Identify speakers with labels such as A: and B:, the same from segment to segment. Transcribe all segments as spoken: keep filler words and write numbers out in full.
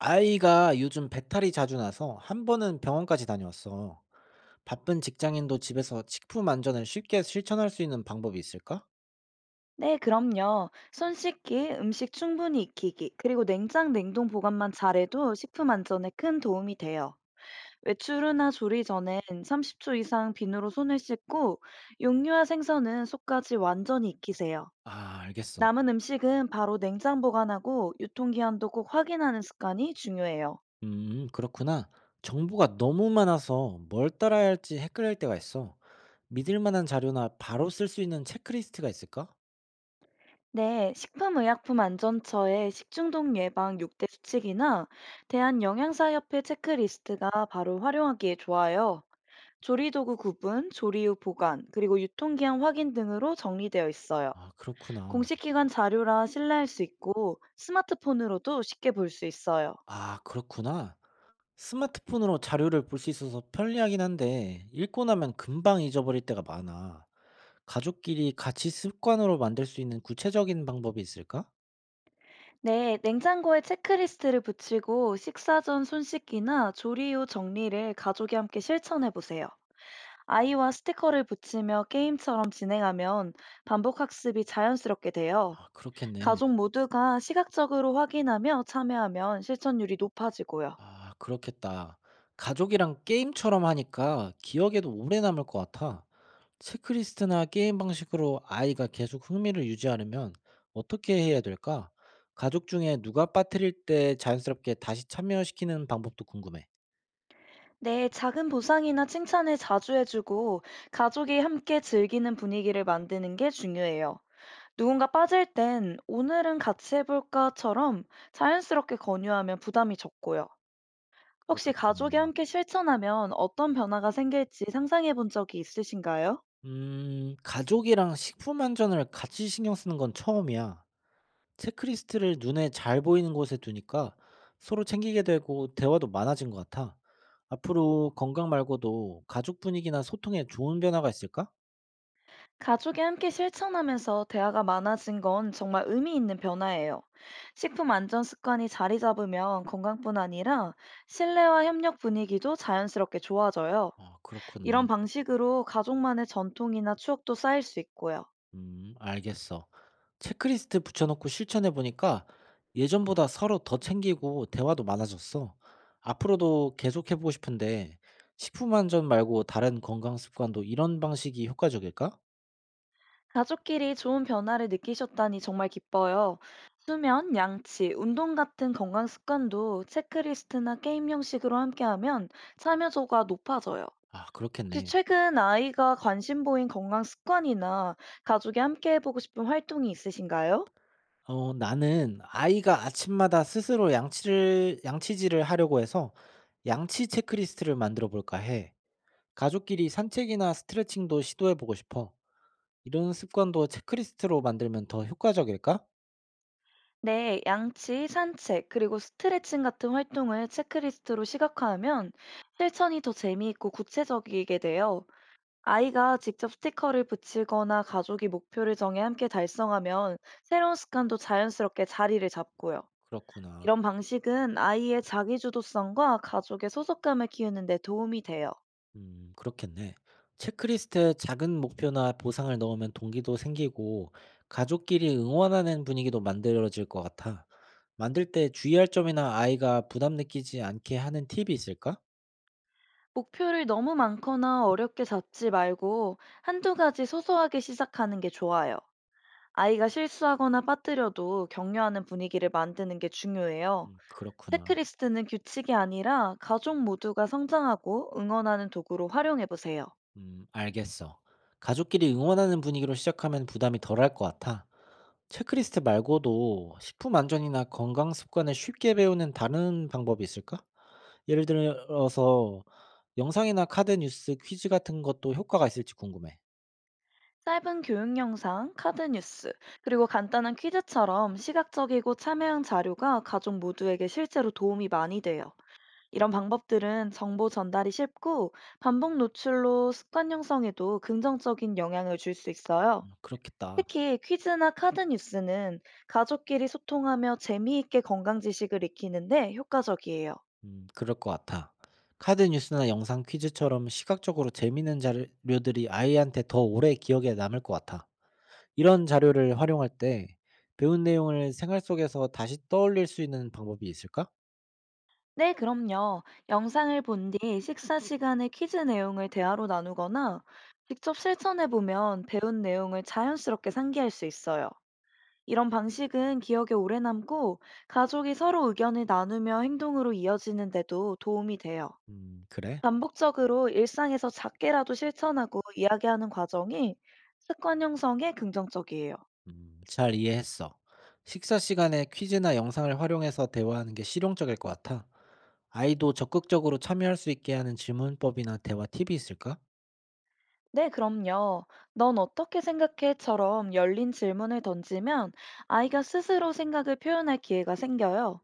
A: 아이가 요즘 배탈이 자주 나서 한 번은 병원까지 다녀왔어. 바쁜 직장인도 집에서 식품 안전을 쉽게 실천할 수 있는 방법이 있을까?
B: 네, 그럼요. 손 씻기, 음식 충분히 익히기, 그리고 냉장 냉동 보관만 잘해도 식품 안전에 큰 도움이 돼요. 외출이나 조리 전엔 삼십 초 이상 비누로 손을 씻고 육류와 생선은 속까지 완전히 익히세요.
A: 아, 알겠어.
B: 남은 음식은 바로 냉장 보관하고 유통기한도 꼭 확인하는 습관이 중요해요.
A: 음, 그렇구나. 정보가 너무 많아서 뭘 따라야 할지 헷갈릴 때가 있어. 믿을 만한 자료나 바로 쓸 수 있는 체크리스트가 있을까?
B: 네, 식품의약품안전처의 식중독 예방 육 대 수칙이나 대한영양사협회 체크리스트가 바로 활용하기에 좋아요. 조리도구 구분, 조리 후 보관, 그리고 유통기한 확인 등으로 정리되어 있어요.
A: 아, 그렇구나.
B: 공식 기관 자료라 신뢰할 수 있고 스마트폰으로도 쉽게 볼 수 있어요.
A: 아, 그렇구나. 스마트폰으로 자료를 볼 수 있어서 편리하긴 한데, 읽고 나면 금방 잊어버릴 때가 많아. 가족끼리 같이 습관으로 만들 수 있는 구체적인 방법이 있을까?
B: 네, 냉장고에 체크리스트를 붙이고 식사 전 손 씻기나 조리 후 정리를 가족이 함께 실천해 보세요. 아이와 스티커를 붙이며 게임처럼 진행하면 반복 학습이 자연스럽게 돼요.
A: 아, 그렇겠네.
B: 가족 모두가 시각적으로 확인하며 참여하면 실천율이 높아지고요.
A: 아 그렇겠다. 가족이랑 게임처럼 하니까 기억에도 오래 남을 것 같아. 체크리스트나 게임 방식으로 아이가 계속 흥미를 유지하려면 어떻게 해야 될까? 가족 중에 누가 빠뜨릴 때 자연스럽게 다시 참여시키는 방법도 궁금해.
B: 네, 작은 보상이나 칭찬을 자주 해주고 가족이 함께 즐기는 분위기를 만드는 게 중요해요. 누군가 빠질 땐 오늘은 같이 해볼까처럼 자연스럽게 권유하면 부담이 적고요. 혹시 가족이
A: 그렇구나.
B: 함께 실천하면 어떤 변화가 생길지 상상해 본 적이 있으신가요?
A: 음, 가족이랑 식품 안전을 같이 신경 쓰는 건 처음이야. 체크리스트를 눈에 잘 보이는 곳에 두니까 서로 챙기게 되고 대화도 많아진 것 같아. 앞으로 건강 말고도 가족 분위기나 소통에 좋은 변화가 있을까?
B: 가족이 함께 실천하면서 대화가 많아진 건 정말 의미 있는 변화예요. 식품 안전 습관이 자리 잡으면 건강뿐 아니라 신뢰와 협력 분위기도 자연스럽게 좋아져요.
A: 아, 그렇구나.
B: 이런 방식으로 가족만의 전통이나 추억도 쌓일 수 있고요.
A: 음, 알겠어. 체크리스트 붙여놓고 실천해 보니까 예전보다 서로 더 챙기고 대화도 많아졌어. 앞으로도 계속 해보고 싶은데 식품 안전 말고 다른 건강 습관도 이런 방식이 효과적일까?
B: 가족끼리 좋은 변화를 느끼셨다니 정말 기뻐요. 수면, 양치, 운동 같은 건강 습관도 체크리스트나 게임 형식으로 함께하면 참여도가 높아져요.
A: 아,
B: 혹시
A: 그렇겠네.
B: 최근 아이가 관심 보인 건강 습관이나 가족이 함께 해보고 싶은 활동이 있으신가요?
A: 어 나는 아이가 아침마다 스스로 양치를 양치질을 하려고 해서 양치 체크리스트를 만들어 볼까 해. 가족끼리 산책이나 스트레칭도 시도해 보고 싶어. 이런 습관도 체크리스트로 만들면 더 효과적일까?
B: 네, 양치, 산책, 그리고 스트레칭 같은 활동을 체크리스트로 시각화하면 실천이 더 재미있고 구체적이게 돼요. 아이가 직접 스티커를 붙이거나 가족이 목표를 정해 함께 달성하면 새로운 습관도 자연스럽게 자리를 잡고요.
A: 그렇구나.
B: 이런 방식은 아이의 자기주도성과 가족의 소속감을 키우는 데 도움이 돼요.
A: 음 그렇겠네. 체크리스트에 작은 목표나 보상을 넣으면 동기도 생기고 가족끼리 응원하는 분위기도 만들어질 것 같아. 만들 때 주의할 점이나 아이가 부담 느끼지 않게 하는 팁이 있을까?
B: 목표를 너무 많거나 어렵게 잡지 말고 한두 가지 소소하게 시작하는 게 좋아요. 아이가 실수하거나 빠뜨려도 격려하는 분위기를 만드는 게 중요해요.
A: 음 그렇구나.
B: 체크리스트는 규칙이 아니라 가족 모두가 성장하고 응원하는 도구로 활용해 보세요.
A: 음 알겠어. 가족끼리 응원하는 분위기로 시작하면 부담이 덜할 것 같아. 체크리스트 말고도 식품 안전이나 건강 습관을 쉽게 배우는 다른 방법이 있을까? 예를 들어서 영상이나 카드 뉴스 퀴즈 같은 것도 효과가 있을지 궁금해.
B: 짧은 교육 영상, 카드 뉴스, 그리고 간단한 퀴즈처럼 시각적이고 참여형 자료가 가족 모두에게 실제로 도움이 많이 돼요. 이런 방법들은 정보 전달이 쉽고 반복 노출로 습관 형성에도 긍정적인 영향을 줄 수 있어요.
A: 음 그렇겠다.
B: 특히 퀴즈나 카드 뉴스는 가족끼리 소통하며 재미있게 건강 지식을 익히는데 효과적이에요.
A: 음 그럴 것 같아. 카드 뉴스나 영상 퀴즈처럼 시각적으로 재미있는 자료들이 아이한테 더 오래 기억에 남을 것 같아. 이런 자료를 활용할 때 배운 내용을 생활 속에서 다시 떠올릴 수 있는 방법이 있을까?
B: 네, 그럼요. 영상을 본 뒤 식사 시간에 퀴즈 내용을 대화로 나누거나 직접 실천해 보면 배운 내용을 자연스럽게 상기할 수 있어요. 이런 방식은 기억에 오래 남고 가족이 서로 의견을 나누며 행동으로 이어지는데도 도움이 돼요.
A: 음 그래.
B: 반복적으로 일상에서 작게라도 실천하고 이야기하는 과정이 습관 형성에 긍정적이에요.
A: 음, 잘 이해했어. 식사 시간에 퀴즈나 영상을 활용해서 대화하는 게 실용적일 것 같아. 아이도 적극적으로 참여할 수 있게 하는 질문법이나 대화 팁이 있을까?
B: 네, 그럼요. 넌 어떻게 생각해?처럼 열린 질문을 던지면 아이가 스스로 생각을 표현할 기회가 생겨요.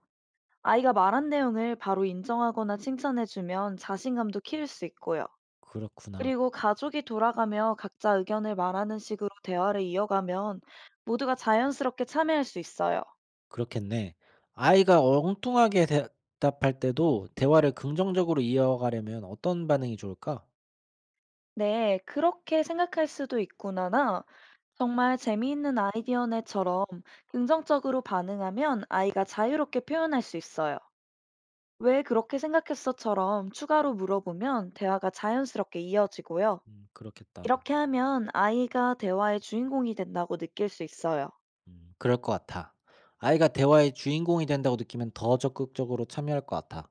B: 아이가 말한 내용을 바로 인정하거나 칭찬해주면 자신감도 키울 수 있고요.
A: 그렇구나.
B: 그리고 가족이 돌아가며 각자 의견을 말하는 식으로 대화를 이어가면 모두가 자연스럽게 참여할 수 있어요.
A: 그렇겠네. 아이가 엉뚱하게 대답할 때도 대화를 긍정적으로 이어가려면 어떤 반응이 좋을까?
B: 네, 그렇게 생각할 수도 있구나나 정말 재미있는 아이디어네처럼 긍정적으로 반응하면 아이가 자유롭게 표현할 수 있어요. 왜 그렇게 생각했어?"처럼 추가로 물어보면 대화가 자연스럽게 이어지고요.
A: 음, 그렇겠다.
B: 이렇게 하면 아이가 대화의 주인공이 된다고 느낄 수 있어요.
A: 음 그럴 것 같아. 아이가 대화의 주인공이 된다고 느끼면 더 적극적으로 참여할 것 같아.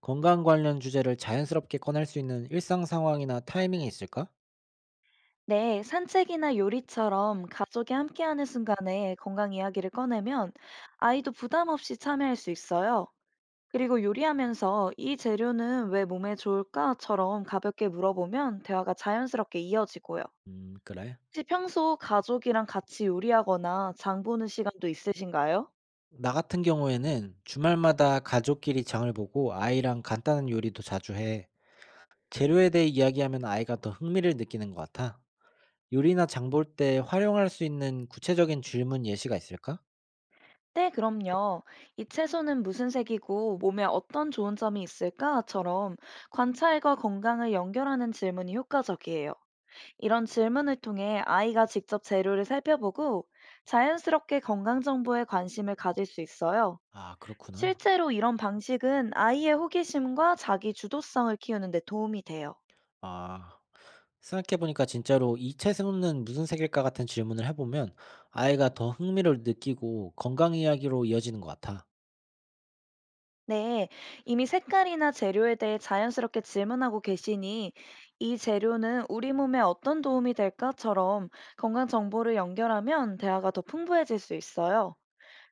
A: 건강 관련 주제를 자연스럽게 꺼낼 수 있는 일상 상황이나 타이밍이 있을까?
B: 네, 산책이나 요리처럼 가족이 함께하는 순간에 건강 이야기를 꺼내면 아이도 부담 없이 참여할 수 있어요. 그리고 요리하면서 "이 재료는 왜 몸에 좋을까?"처럼 가볍게 물어보면 대화가 자연스럽게 이어지고요.
A: 음, 그래.
B: 혹시 평소 가족이랑 같이 요리하거나 장 보는 시간도 있으신가요?
A: 나 같은 경우에는 주말마다 가족끼리 장을 보고 아이랑 간단한 요리도 자주 해. 재료에 대해 이야기하면 아이가 더 흥미를 느끼는 것 같아. 요리나 장볼 때 활용할 수 있는 구체적인 질문 예시가 있을까?
B: 네, 그럼요. 이 채소는 무슨 색이고 몸에 어떤 좋은 점이 있을까?처럼 관찰과 건강을 연결하는 질문이 효과적이에요. 이런 질문을 통해 아이가 직접 재료를 살펴보고 자연스럽게 건강 정보에 관심을 가질 수 있어요.
A: 아, 그렇구나.
B: 실제로 이런 방식은 아이의 호기심과 자기 주도성을 키우는 데 도움이 돼요.
A: 아, 생각해보니까 진짜로 이 채소는 무슨 색일까 같은 질문을 해보면 아이가 더 흥미를 느끼고 건강 이야기로 이어지는 것 같아.
B: 네, 이미 색깔이나 재료에 대해 자연스럽게 질문하고 계시니 이 재료는 우리 몸에 어떤 도움이 될까처럼 건강 정보를 연결하면 대화가 더 풍부해질 수 있어요.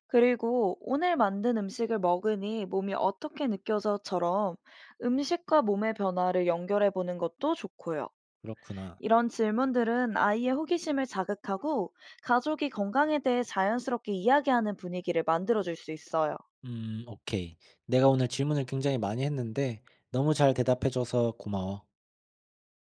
B: 그리고 오늘 만든 음식을 먹으니 몸이 어떻게 느껴져처럼 음식과 몸의 변화를 연결해 보는 것도 좋고요.
A: 그렇구나.
B: 이런 질문들은 아이의 호기심을 자극하고 가족이 건강에 대해 자연스럽게 이야기하는 분위기를 만들어 줄 수 있어요.
A: 음, 오케이. 내가 오늘 질문을 굉장히 많이 했는데 너무 잘 대답해줘서 고마워.